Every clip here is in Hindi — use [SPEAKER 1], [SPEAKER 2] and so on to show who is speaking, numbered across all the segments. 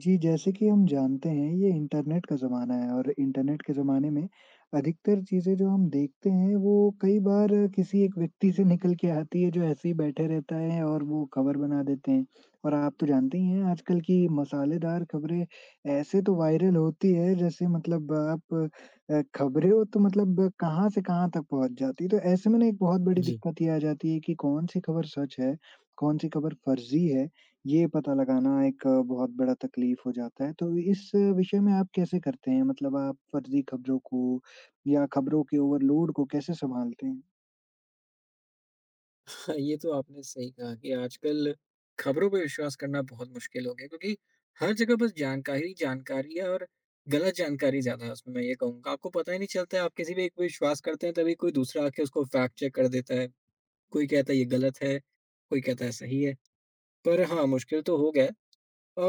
[SPEAKER 1] जी, जैसे कि हम जानते हैं ये इंटरनेट का ज़माना है और इंटरनेट के ज़माने में अधिकतर चीज़ें जो हम देखते हैं वो कई बार किसी एक व्यक्ति से निकल के आती है जो ऐसे ही बैठे रहता है और वो खबर बना देते हैं। और आप तो जानते ही हैं आजकल की मसालेदार खबरें ऐसे तो वायरल होती है जैसे मतलब आप खबरें हो तो मतलब कहाँ से कहाँ तक पहुँच जाती है। तो ऐसे में ना एक बहुत बड़ी
[SPEAKER 2] जी।
[SPEAKER 1] दिक्कत ये आ जाती है कि कौन-सी खबर सच है, कौन-सी खबर फर्ज़ी है ये पता लगाना एक बहुत बड़ा तकलीफ हो जाता है, तो इस विषय में आप कैसे करते हैं? मतलब आप फर्ज़ी खबरों को या खबरों के ओवरलोड को कैसे सँभालते हैं?
[SPEAKER 2] हाँ, ये तो आपने सही कहा कि आजकल खबरों पे विश्वास करना बहुत मुश्किल हो गया, क्योंकि हर जगह बस जानकारी, जानकारी है और गलत जानकारी ज़्यादा है उसमें, मैं ये कहूँगा। आपको पता ही नहीं चलता है, आप किसी पे एक पे विश्वास करते हैं तभी कोई दूसरा आके उसको फैक्ट चेक कर देता है। कोई कहता है ये गलत है, कोई कहता है सही है। पर हाँ, मुश्किल तो हो गया है।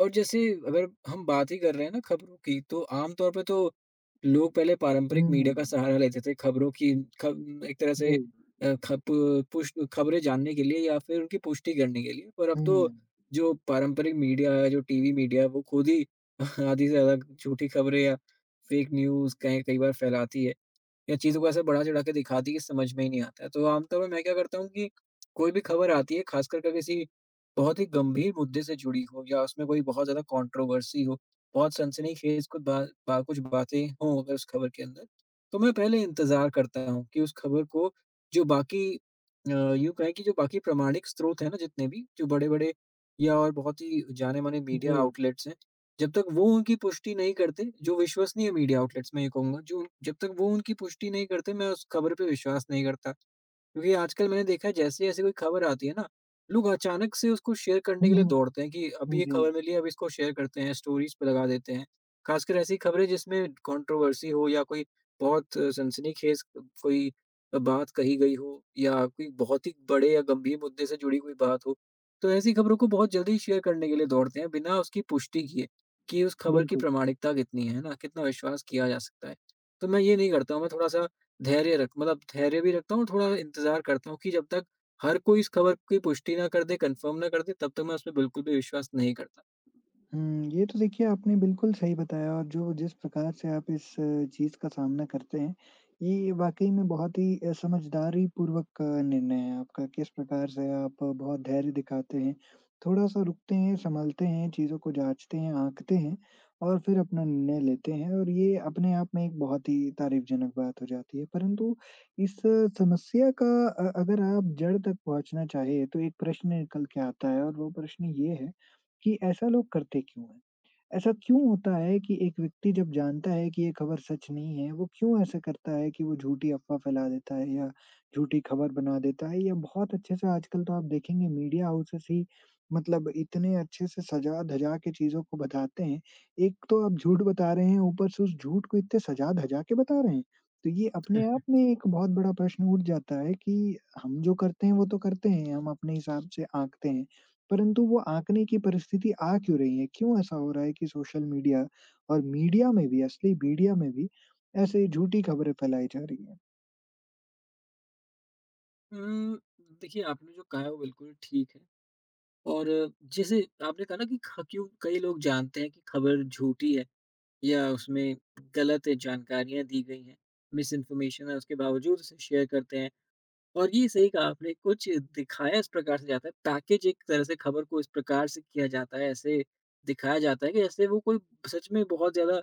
[SPEAKER 2] और जैसे, अगर हम बात ही कर रहे हैं ना खबरों की, तो आम तौर पे तो लोग पहले पारंपरिक
[SPEAKER 1] हुँ।
[SPEAKER 2] मीडिया का सहारा लेते थे खबरों की, खब एक तरह
[SPEAKER 1] जी।
[SPEAKER 2] से खप पुष्ट खबरें जानने के लिए या फिर उनकी पुष्टि करने के लिए। पर अब तो
[SPEAKER 1] हुँ।
[SPEAKER 2] जो पारंपरिक मीडिया है, जो टीवी मीडिया है, वो खुद ही आधी से ज़्यादा झूठी खबरें या फ़ेक न्यूज़ कहीं कई बार फैलाती है, या चीज़ों को ऐसे बढ़ा-चढ़ा के दिखाती है कि समझ में ही नहीं आता है। तो आमतौर पे मैं क्या करता हूँ कि कोई भी खबर आती है, खासकर के किसी बहुत ही गंभीर मुद्दे से जुड़ी हो या उसमें कोई बहुत ज़्यादा कॉन्ट्रोवर्सी हो, बहुत सनसनीखेज़ कुछ बा बा कुछ बातें हों अगर उस खबर के अंदर, तो मैं पहले इंतज़ार करता हूँ कि उस खबर को जो बाकी यूँ कहें कि जो बाकी प्रामाणिक स्रोत हैं ना जितने भी, जो बड़े-बड़े या और बहुत ही जाने-माने
[SPEAKER 1] जी।
[SPEAKER 2] मीडिया आउटलेट्स हैं, जब तक वो उनकी पुष्टि नहीं करते, जो विश्वसनीय मीडिया आउटलेट्स मैं ये कहूँगा, जो जब तक वो उनकी पुष्टि नहीं करते, मैं उस खबर पे विश्वास नहीं करता। क्योंकि आजकल मैंने देखा है, जैसे-जैसे कोई खबर आती है ना, लोग अचानक से उसको शेयर करने के लिए
[SPEAKER 1] हुँ,
[SPEAKER 2] दौड़ते हैं कि अभी
[SPEAKER 1] हुँ।
[SPEAKER 2] ये
[SPEAKER 1] जी,
[SPEAKER 2] खबर मिली है, अब इसको शेयर करते हैं, स्टोरीज पे लगा देते हैं। खासकर ऐसी खबरें जिसमें कंट्रोवर्सी हो या कोई बहुत सनसनीखेज कोई बात कही गई हो, या कोई बहुत ही बड़े या गंभीर मुद्दे से जुड़ी कोई बात हो। तो ऐसी खबरों को बहुत जल्दी शेयर करने के लिए दौड़ते हैं बिना उसकी पुष्टि किए कि उस खबर की
[SPEAKER 1] बिल्कुल।
[SPEAKER 2] प्रामाणिकता कितनी है ना? कितना विश्वास किया जा सकता है। तो मैं ये नहीं करता हूँ, मैं थोड़ा-सा धैर्य रख मतलब धैर्य भी रखता हूँ और थोड़ा इंतज़ार करता हूँ कि जब तक हर कोई इस खबर की पुष्टि ना कर दे, कंफ़र्म ना कर दे, तब तक मैं उसपे बिल्कुल भी विश्वास नहीं करता।
[SPEAKER 1] हुँ, ये तो देखिए आपने बिल्कुल सही बताया और जो जिस प्रकार से आप इस चीज़ का सामना करते हैं, ये वाक़ई में बहुत ही समझदारी पूर्वक निर्णय है आपका। किस प्रकार से आप बहुत धैर्य दिखाते हैं, थोड़ा-सा रुकते हैं, सँभलते हैं, चीज़ों को जाँचते हैं, आँकते हैं और फिर अपना निर्णय लेते हैं और ये अपने आप में एक बहुत ही तारीफ़जनक बात हो जाती है। परंतु इस समस्या का अगर आप जड़ तक पहुँचना चाहें, तो एक प्रश्न निकल के आता है और वो प्रश्न ये है कि ऐसा लोग करते क्यों हैं? ऐसा क्यों होता है कि एक व्यक्ति जब जानता है कि ये खबर सच नहीं है, वो क्यों ऐसा करता है कि वो झूठी अफ़वाह फैला देता है या झूठी खबर बना देता है? या बहुत अच्छे से आजकल तो आप देखेंगे मीडिया हाउसेस ही मतलब इतने अच्छे से सजा-धजा के चीज़ों को बताते हैं। एक तो आप झूठ बता रहे हैं, ऊपर से उस झूठ को इतने सजा-धजा के बता रहे हैं। तो ये अपने आप में एक बहुत बड़ा प्रश्न उठ जाता है कि हम जो करते हैं, वो तो करते हैं, हम अपने हिसाब से आँकते हैं। परंतु वो आँकने की परिस्थिति आ क्यों रही है? क्यों ऐसा हो रहा है कि सोशल मीडिया और मीडिया में भी, असली मीडिया में भी ऐसे झूठी खबरें फैलाई जा रही हैं?
[SPEAKER 2] उम, देखिए, आपने जो कहा है वो बिल्कुल ठीक है, और जैसे आपने कहा ना कि ख क्यों कई लोग जानते हैं कि खबर झूठी है या उसमें गलत जानकारियाँ दी गई हैं, मिसइन्फॉर्मेशन है, उसके बावजूद उसे शेयर करते हैं। और ये सही कहा आपने, कुछ दिखाया इस प्रकार से जाता है, पैकेज एक तरह से खबर को इस प्रकार से किया जाता है, ऐसे दिखाया जाता है कि जैसे वो कोई सच में बहुत ज़्यादा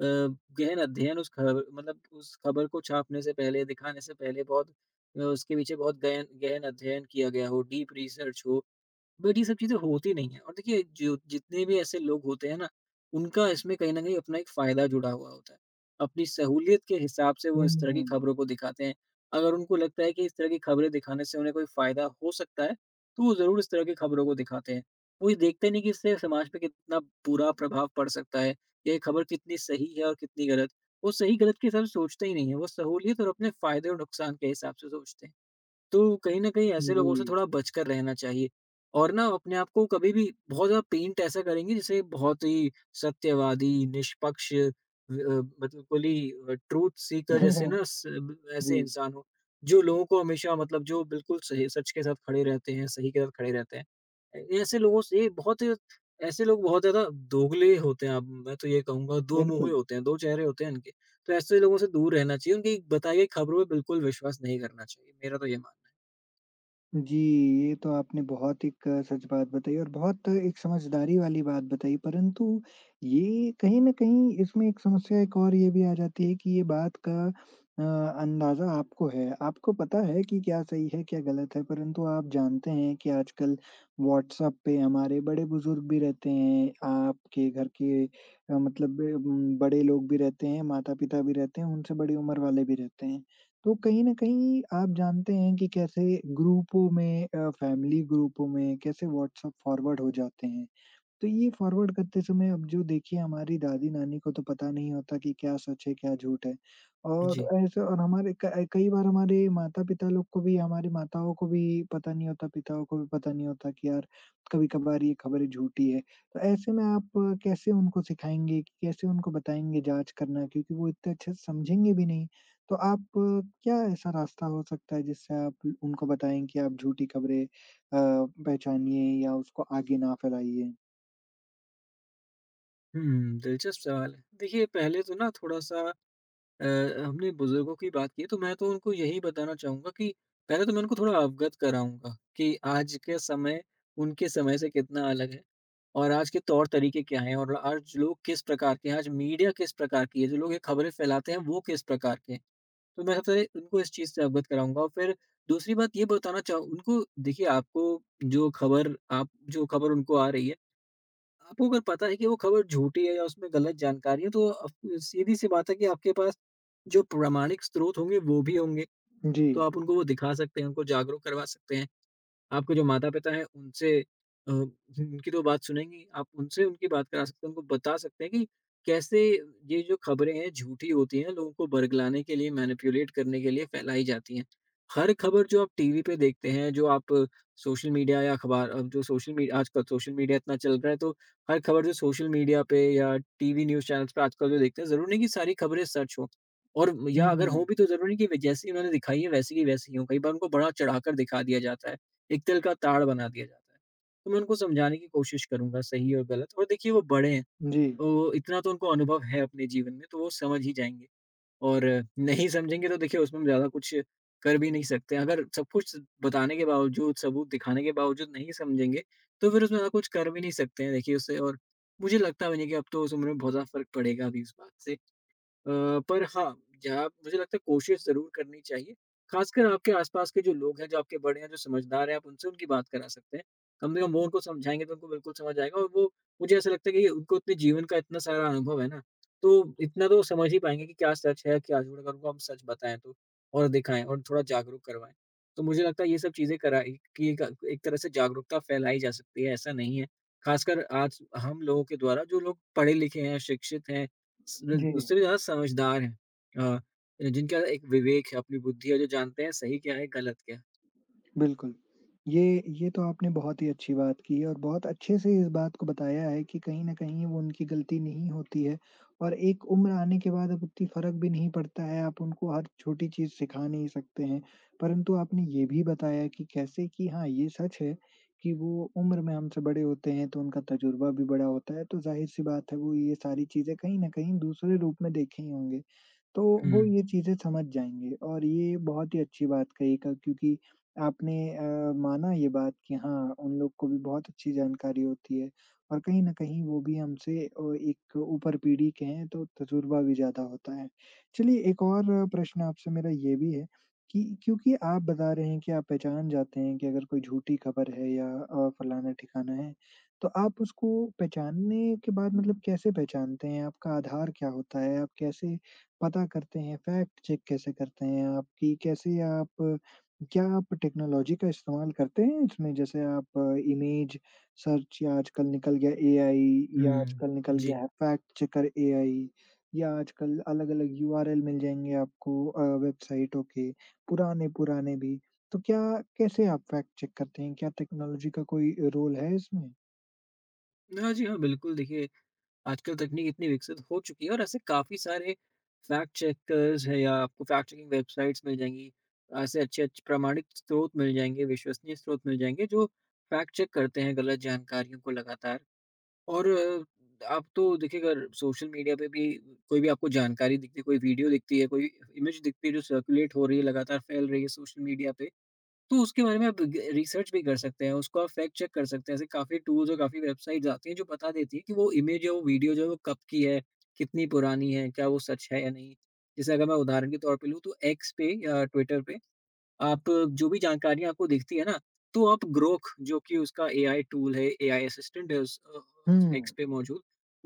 [SPEAKER 2] अ, गहन अध्ययन उस खबर, मतलब उस खबर को छापने से पहले, दिखाने से पहले बहुत उसके पीछे बहुत गहन गहन अध्ययन किया गया हो, डीप रिसर्च हो। बट ये सब चीज़ें होती नहीं है, और देखिए जो जितने भी ऐसे लोग होते हैं ना, उनका इसमें कहीं न कहीं अपना एक फ़ायदा जुड़ा हुआ होता है। अपनी सहूलियत के हिसाब से वो
[SPEAKER 1] हुँ,
[SPEAKER 2] इस तरह की
[SPEAKER 1] हुँ।
[SPEAKER 2] खबरों को दिखाते हैं। अगर उनको लगता है कि इस तरह की खबरें दिखाने से उन्हें कोई फ़ायदा हो सकता है, तो वो ज़रूर इस तरह की खबरों को दिखाते हैं। वो ये देखते नहीं कि इससे समाज पे कितना बुरा प्रभाव पड़ सकता है, ये खबर कितनी सही है और कितनी गलत। वो सही-गलत के हिसाब से सोचते ही नहीं है, वो सहूलियत और अपने फ़ायदे और नुकसान के हिसाब से सोचते हैं। तो कहीं न कहीं ऐसे लोगों से
[SPEAKER 1] जी।
[SPEAKER 2] थोड़ा बचकर रहना चाहिए, और ना अपने आप को कभी भी बहुत ज़्यादा पेंट ऐसा करेंगे जिसे बहुत ही सत्यवादी, निष्पक्ष, मतलब फुली ट्रूथ सीकर जैसे ना, स ऐसे
[SPEAKER 1] जी,
[SPEAKER 2] इंसान हो, जो लोगों को हमेशा, मतलब जो बिल्कुल सही सच के साथ खड़े रहते हैं, सही के साथ खड़े रहते हैं। ऐ ऐसे लोग बहुत ज़्यादा दोगले होते हैं, अब मैं तो ये कहूँगा दो
[SPEAKER 1] बिल्कुल।
[SPEAKER 2] मुँहे होते हैं, दो चेहरे होते हैं इनके। तो ऐसे लोगों से दूर रहना चाहिए, उनकी बताई गई खबरों पे बिल्कुल विश्वास नहीं करना चाहिए। मेरा तो ये मानना है।
[SPEAKER 1] जी, ये तो आपने बहुत एक सच बात बताई और बहुत एक समझदारी वाली बात बताई, परंतु ये कहीं न कहीं इसमें एक समस्या एक और ये भी आ जाती है कि ये बात का अ, अंदाज़ा आपको है। आपको पता है कि क्या सही है, क्या गलत है, परंतु आप जानते हैं कि आजकल व्हाट्सएप पे हमारे बड़े-बुजुर्ग भी रहते हैं, आपके घर के मतलब बड़े लोग भी रहते हैं, माता-पिता भी रहते हैं, उनसे बड़ी उम्र वाले भी रहते हैं। तो कहीं न कहीं आप जानते हैं कि कैसे ग्रुपों में फैमिली ग्रुपों में कैसे व्हाट्सएप फॉरवर्ड हो जाते हैं। तो ये फॉरवर्ड करते समय अब जो देखिए हमारी दादी-नानी को तो पता नहीं होता कि क्या सच है, क्या झूठ है और
[SPEAKER 2] जी।
[SPEAKER 1] ऐसे और हमारे क कई बार हमारे माता-पिता लोग को भी हमारी माताओं को भी पता नहीं होता, पिताओं को भी पता नहीं होता कि यार कभी-कभार ये खबरें झूठी है। तो ऐसे में आप कैसे उनको सिखाएँगे, कैसे उनको बताएँगे जाँच करना क्योंकि वो इतने अच्छे से समझेंगे भी नहीं। तो आप क्या ऐसा रास्ता हो सकता है जिससे आप उनको बताएँ कि आप झूठी खबरें पहचानिए या उसको आगे ना फैलाइए?
[SPEAKER 2] हुँ, दिलचस्प सवाल है। देखिए, पहले तो ना थोड़ा-सा अ, हमने बुज़ुर्गों की बात की, तो मैं तो उनको यही बताना चाहूँगा कि पहले तो मैं उनको थोड़ा अवगत कराऊँगा कि आज के समय उनके समय से कितना अलग है, और आज के तौर-तरीके क्या हैं, और आज लोग किस प्रकार के हैं, आज मीडिया किस प्रकार की है, जो लोग ये खबरें फैलाते हैं, वो किस प्रकार के हैं। तो मैं सबसे पहले उनको इस चीज़ से अवगत कराऊँगा, और फिर दूसरी बात ये बताना चाहूँ उनको, देखिए, आपको जो खबर आप जो खबर उनको आ रही है, आपको अगर पता है कि वो खबर झूठी है या उसमें गलत जानकारी है, तो अप सीधी सी बात है कि आपके पास जो प्रामाणिक स्रोत होंगे वो भी होंगे,
[SPEAKER 1] जी।
[SPEAKER 2] तो आप उनको वो दिखा सकते हैं, उनको जागरूक करवा सकते हैं। आपके जो माता-पिता हैं उनसे उनकी तो बात सुनेंगी, आप उनसे उनकी बात करा सकते हैं, उनको बता सकते हैं कि कैसे ये जो खबरें हैं झूठी होती हैं, लोगों को बरगलाने के लिए, मैनिपुलेट करने के लिए फैलाई जाती हैं। हर खबर जो आप टीवी पे देखते हैं, जो आप सोशल मीडिया या अखबार अब जो सोशल मी आजकल सोशल मीडिया इतना चल रहा है तो, हर खबर जो सोशल मीडिया पे या टीवी न्यूज़ चैनल्स पे आजकल जो देखते हैं, ज़रूरी नहीं कि सारी खबरें सच हों, और या अगर
[SPEAKER 1] हुँ।
[SPEAKER 2] हों भी तो ज़रूरी नहीं कि वे जैसी उन्होंने दिखाई है वैसी की वैसी ही हों। कई बार उनको बड़ा चढ़ाकर दिखा दिया जाता है। एक तिल का ताड़ बना दिया जाता है। तो मैं उनको समझाने की कोशिश करूँगा सही और गलत, और देखिए वो बड़े हैं,
[SPEAKER 1] जी।
[SPEAKER 2] तो इतना तो उनको अनुभव है अपने जीवन में, तो वो समझ ही जाएँगे, और नहीं समझेंगे तो देखिए उसमें हम ज़्यादा कुछ कर भी नहीं सकते। अगर सब कुछ बताने के बावजूद, सबूत दिखाने के बावजूद नहीं समझेंगे, तो फिर उसमें ज़्यादा कुछ कर भी नहीं सकते हैं देखिए उससे, और मुझे लगता भी नहीं कि अब तो उस उम्र में बहुत ज़्यादा फ़र्क पड़ेगा अभी इस बात से। अ, पर हाँ, जहाँ मुझे लगता है कोशिश ज़रूर करनी चाहिए। ख़ासकर आपके आस-पास के जो लोग हैं, जो आपके बड़े हैं, जो समझदार हैं, आप उनसे उनकी बात करा सकते हैं। कम से कम वो उनको समझाएँगे तो उनको बिल्कुल समझ आएगा, और वो, मुझे ऐसा लगता है कि उनको अपने जीवन का इतना सारा अनुभव है ना, तो इतना तो समझ ही पाएँगे कि क्या सच है, क्या झूठ, अगर उनको हम सच बताएँ तो, और दिखाएँ और थोड़ा जागरूक करवाएँ। तो मुझे लगता है ये सब चीज़ें कराई कि एक एक तरह से जागरूकता फैलाई जा सकती है, ऐसा नहीं है। ख़ासकर आज हम लोगों के द्वारा, जो लोग पढ़े-लिखे हैं, शिक्षित हैं, स
[SPEAKER 1] जी।
[SPEAKER 2] उससे भी ज़्यादा समझदार हैं। अ, जिनके अंदर एक विवेक है, अपनी बुद्धि है, जो जानते हैं सही क्या है, गलत क्या है।
[SPEAKER 1] बिल्कुल। ये ये तो आपने बहुत ही अच्छी बात की है और बहुत अच्छे से इस बात को बताया है कि कहीं न कहीं वो उनकी गलती नहीं होती है और एक उम्र आने के बाद अब उतनी फ़र्क भी नहीं पड़ता है, आप उनको हर छोटी चीज़ सिखा नहीं सकते हैं। परंतु आपने ये भी बताया कि कैसे कि हाँ, ये सच है कि वो उम्र में हमसे बड़े होते हैं, तो उनका तजुर्बा भी बड़ा होता है, तो ज़ाहिर-सी बात है वो ये सारी चीज़ें कहीं न कहीं दूसरे रूप में देखे ही होंगे। तो वो
[SPEAKER 2] हुँ,
[SPEAKER 1] ये चीज़ें समझ जाएँगे और ये बहुत ही अच्छी बात कही क क्योंकि आपने माना ये बात कि हाँ, उन लोग को भी बहुत अच्छी जानकारी होती है और कहीं न कहीं वो भी हमसे एक ऊपर पीढ़ी के हैं तो तजुर्बा भी ज़्यादा होता है। चलिए एक और प्रश्न आपसे मेरा ये भी है कि क्योंकि आप बता रहे हैं कि आप पहचान जाते हैं कि अगर कोई झूठी खबर है या फलाना-ठिकाना है, तो आप उसको पहचानने के बाद मतलब कैसे पहचानते हैं? आपका आधार क्या होता है? आप कैसे पता करते हैं? फैक्ट चेक कैसे करते हैं आप कि कैसे आप क्या आप टेक्नोलॉजी का इस्तेमाल करते हैं इसमें? जैसे आप इमेज सर्च या आजकल निकल गया एआई या
[SPEAKER 2] हुँ।
[SPEAKER 1] आजकल निकल गया
[SPEAKER 2] जी।
[SPEAKER 1] है फैक्ट चेकर एआई या आजकल अलग-अलग यूआरएल मिल जाएँगे आपको वेबसाइटों के, पुराने-पुराने भी। तो क्या कैसे आप फैक्ट चेक करते हैं? क्या टेक्नोलॉजी का कोई रोल है इसमें?
[SPEAKER 2] हाँ जी, हाँ, बिल्कुल, देखिए आजकल तकनीक इतनी विकसित हो चुकी है, और ऐसे काफ़ी सारे फैक्ट चेकर्स हैं या आपको फैक्ट चेकिंग वेबसाइट्स मिल जाएँगी। ऐसे अच्छे-अच्छे प्रमाणिक स्रोत मिल जाएँगे, विश्वसनीय स्रोत मिल जाएँगे जो फैक्ट चेक करते हैं गलत जानकारियों को लगातार। और आप तो देखिए, अगर सोशल मीडिया पे भी कोई भी आपको जानकारी दिखती है, कोई वीडियो दिखती है, कोई इमेज दिखती है जो सर्कुलेट हो रही है, लगातार फैल रही है सोशल मीडिया पे, तो उसके बारे में आप ग रिसर्च भी कर सकते हैं, उसको आप फैक्ट चेक कर सकते हैं। ऐसे काफ़ी टूल्स और काफ़ी वेबसाइट्स आती हैं जो बता देती हैं कि वो इमेज या वो वीडियो जो है वो कब की है, कितनी पुरानी है, क्या वो सच है या नहीं। जैसे अगर मैं उदाहरण के तौर पे लूँ, तो एक्स पे या ट्विटर पे आप जो भी जानकारी आपको दिखती है ना, तो आप ग्रोक, जो कि उसका एआई टूल है, एआई असिस्टेंट है उस एक्स
[SPEAKER 1] हुँ,
[SPEAKER 2] पे मौजूद,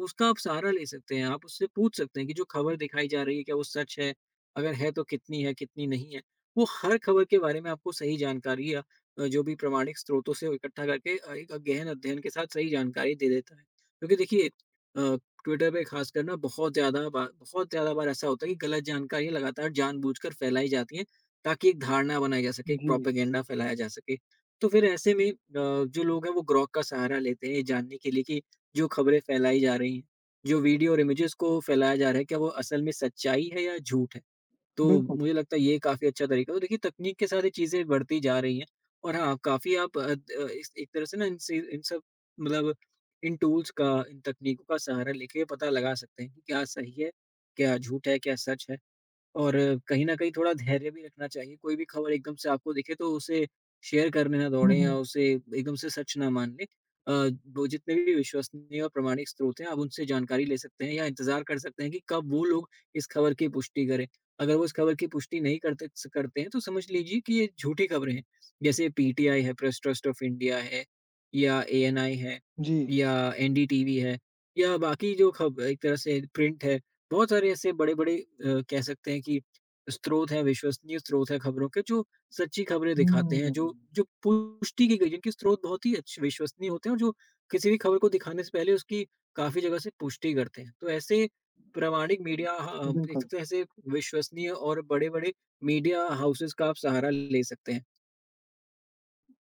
[SPEAKER 2] उसका आप सहारा ले सकते हैं। आप उससे पूछ सकते हैं कि जो खबर दिखाई जा रही है क्या वो सच है? अगर है तो कितनी है, कितनी नहीं है? वो हर खबर के बारे में आपको सही जानकारी या जो भी प्रमाणिक स्रोतों से इकट्ठा करके एक गहन अध्ययन के साथ सही जानकारी दे देता है। क्योंकि देखिए ट्विटर पे खासकर ना बहुत ज़्यादा बार ऐसा होता है कि गलत जानकारियाँ लगातार जानबूझकर फैलाई जाती हैं। ताकि एक धारणा बनाई जा सके, एक
[SPEAKER 1] जी,
[SPEAKER 2] प्रोपेगेंडा फैलाया जा सके। तो फिर ऐसे में जो लोग हैं वो ग्रॉक का सहारा लेते हैं ये जानने के लिए कि जो खबरें फैलाई जा रही हैं, जो वीडियो और इमेजेस को फैलाया जा रहा है, क्या वो असल में सच्चाई है या झूठ है? तो
[SPEAKER 1] बिल्कुल।
[SPEAKER 2] मुझे लगता है ये काफ़ी अच्छा तरीका है। तो देखिए तकनीक के साथ ये चीज़ें बढ़ती जा रही हैं। और हाँ, काफ़ी आप अ, द इस एक तरह से ना इनसे इन सब मतलब इन टूल्स का, इन तकनीकों का सहारा लेके पता लगा सकते हैं कि क्या सही है, क्या झूठ है, क्या सच है। और कहीं न कहीं थोड़ा धैर्य भी रखना चाहिए। कोई भी खबर एकदम से आपको दिखे तो उसे शेयर करने ना
[SPEAKER 1] हुँ,
[SPEAKER 2] दौड़ें या
[SPEAKER 1] हुँ,
[SPEAKER 2] उसे एकदम से सच ना मान लें। अ, वो जितने भी विश्वसनीय और प्रामाणिक स्रोत हैं, आप उनसे जानकारी ले सकते हैं या इंतज़ार कर सकते हैं कि कब वो लोग इस खबर की पुष्टि करें। अगर वो इस खबर की पुष्टि नहीं करते हैं, तो समझ लीजिए कि ये झूठी खबरें हैं। जैसे पीटीआई है, प्रेस ट्रस्ट ऑफ इंडिया है, या एएनआई है,
[SPEAKER 1] जी।
[SPEAKER 2] या एनडीटीवी है, या बाकी जो खब एक तरह से प्रिंट है, बहुत सारे ऐसे बड़े-बड़े कह सकते हैं कि स्रोत हैं, विश्वसनीय स्रोत हैं खबरों के, जो सच्ची खबरें दिखाते हैं,
[SPEAKER 1] हुँ,
[SPEAKER 2] जो जो पुष्टि की गई जिनके स्रोत बहुत ही अच्छे विश्वसनीय होते हैं, और जो किसी भी खबर को दिखाने से पहले उसकी काफ़ी जगह से पुष्टि करते हैं। तो ऐसे प्रामाणिक मीडिया ह एक
[SPEAKER 1] बिल्कुल।
[SPEAKER 2] तरह से ऐसे विश्वसनीय और बड़े-बड़े मीडिया हाउसेज़ का आप सहारा ले सकते हैं।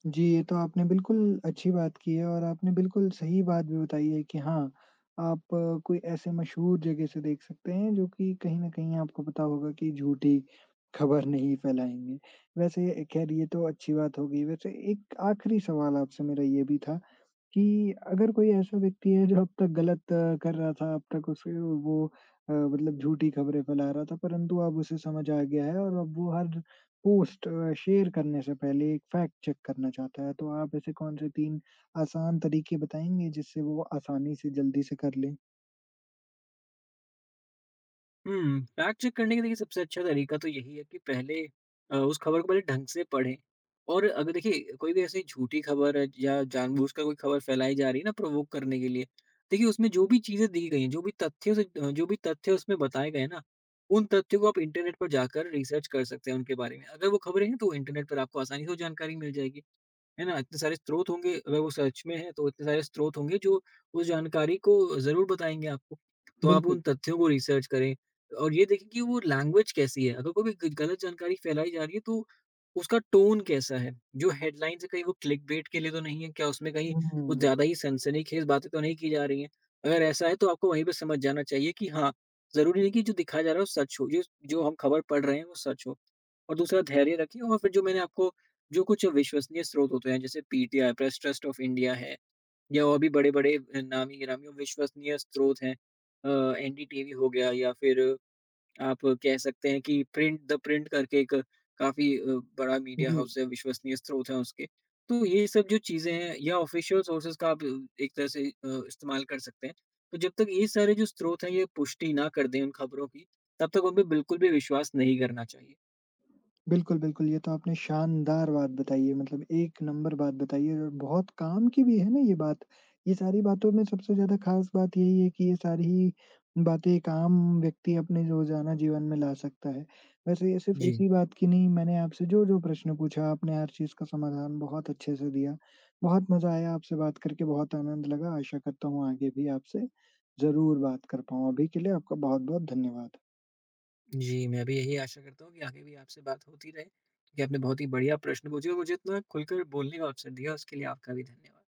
[SPEAKER 1] जी, ये तो आपने बिल्कुल अच्छी बात की है और आपने बिल्कुल सही बात भी बताई है कि हाँ, आप कोई ऐसे मशहूर जगह से देख सकते हैं जो कि कहीं न कहीं आपको पता होगा कि झूठी खबर नहीं फैलाएँगे। वैसे खैर ये तो अच्छी बात हो गई। वैसे एक आखिरी सवाल आपसे मेरा ये भी था कि अगर कोई ऐसा व्यक्ति है जो अब तक गलत कर रहा था, अब तक उसे वो मतलब झूठी खबरें फैला रहा था, परंतु अब उसे समझ आ गया है और अब वो हर पोस्ट शेयर करने से पहले एक फैक्ट चेक करना चाहता है। तो आप ऐसे कौन से तीन आसान तरीके बताएँगे जिससे वो आसानी से जल्दी से कर लें?
[SPEAKER 2] हुँ, फैक्ट चेक करने का देखिए सबसे अच्छा तरीका तो यही है कि पहले उस खबर को पहले ढंग से पढ़ें। और अगर देखिए कोई भी ऐसी झूठी खबर है या जानबूझकर कोई खबर फैलाई जा रही है ना प्रोवोक करने के लिए, देखिए उसमें जो भी चीज़ें दी गई हैं, जो भी जो भी तथ्य उसमें बताए गए हैं ना, उन तथ्यों को आप इंटरनेट पर जाकर रिसर्च कर सकते हैं उनके बारे में। अगर वो खबरें हैं तो इंटरनेट पर आपको आसानी से वो जानकारी मिल जाएगी। है ना? इतने सारे स्रोत होंगे, अगर वो सर्च में है तो इतने सारे स्रोत होंगे जो उस जानकारी को ज़रूर बताएँगे आपको। तो आप
[SPEAKER 1] बिल्कुल।
[SPEAKER 2] उन तथ्यों को रिसर्च करें, और ये देखें कि वो लैंग्वेज कैसी है। अगर कोई भी ग गलत जानकारी फैलाई जा रही है तो उसका टोन कैसा है? जो हेडलाइन्स है कहीं वो क्लिकबेट के लिए तो नहीं है? क्या उसमें कहीं कुछ
[SPEAKER 1] हुँ,
[SPEAKER 2] ज़्यादा ही सनसनीखेज़ बातें तो नहीं की जा रही हैं? अगर ऐसा है तो आपको वहीं पे समझ जाना चाहिए कि हाँ, ज़रूरी नहीं कि जो दिखाया जा रहा है वो सच हो। जो जो हम खबर पढ़ रहे हैं वो सच हो। और दूसरा, धैर्य रखें और फिर जो मैंने आपको जो कुछ विश्वसनीय स्रोत होते हैं, जैसे PTI, press trust of India है, या और भी बड़े-बड़े नामी गिरामी और विश्वसनीय स्रोत हैं। अ, एनडीटीवी हो गया, या फिर आप कह सकते हैं कि प्रिंट द प्रिंट करके एक काफ़ी बड़ा मीडिया
[SPEAKER 1] जी।
[SPEAKER 2] हाउस है, विश्वसनीय स्रोत हैं उसके। तो ये सब जो चीज़ें हैं या ऑफ़िशियल सोर्सेज़ का आप एक तरह से इस्तेमाल कर सकते हैं। तो जब तक ये सारे जो स्रोत हैं ये पुष्टि ना कर दें उन खबरों की, तब तक उन पे बिल्कुल भी विश्वास नहीं करना चाहिए।
[SPEAKER 1] बिल्कुल, बिल्कुल, ये तो आपने शानदार बात बताई है, मतलब एक नंबर बात बताई है और बहुत काम की भी है ना ये बात। ये सारी बातों में सबसे ज़्यादा ख़ास बात यही है कि ये सारी बातें एक आम व्यक्ति अपने रोज़ाना जीवन में ला सकता है। वैसे ये सिर्फ़
[SPEAKER 2] जी।
[SPEAKER 1] इसी बात की नहीं, मैंने आपसे जो-जो प्रश्न पूछा, आपने हर चीज़ का समाधान बहुत अच्छे से दिया। बहुत मज़ा आया आपसे बात करके, बहुत आनंद लगा। आशा करता हूँ आगे भी आपसे ज़रूर बात कर पाऊँ। अभी के लिए आपका बहुत-बहुत धन्यवाद।
[SPEAKER 2] जी, मैं भी यही आशा करता हूँ कि आगे भी आपसे बात होती रहे, क्योंकि आपने बहुत ही बढ़िया प्रश्न पूछे और मुझे इतना खुलकर बोलने का अवसर दिया, उसके लिए आपका भी धन्यवाद।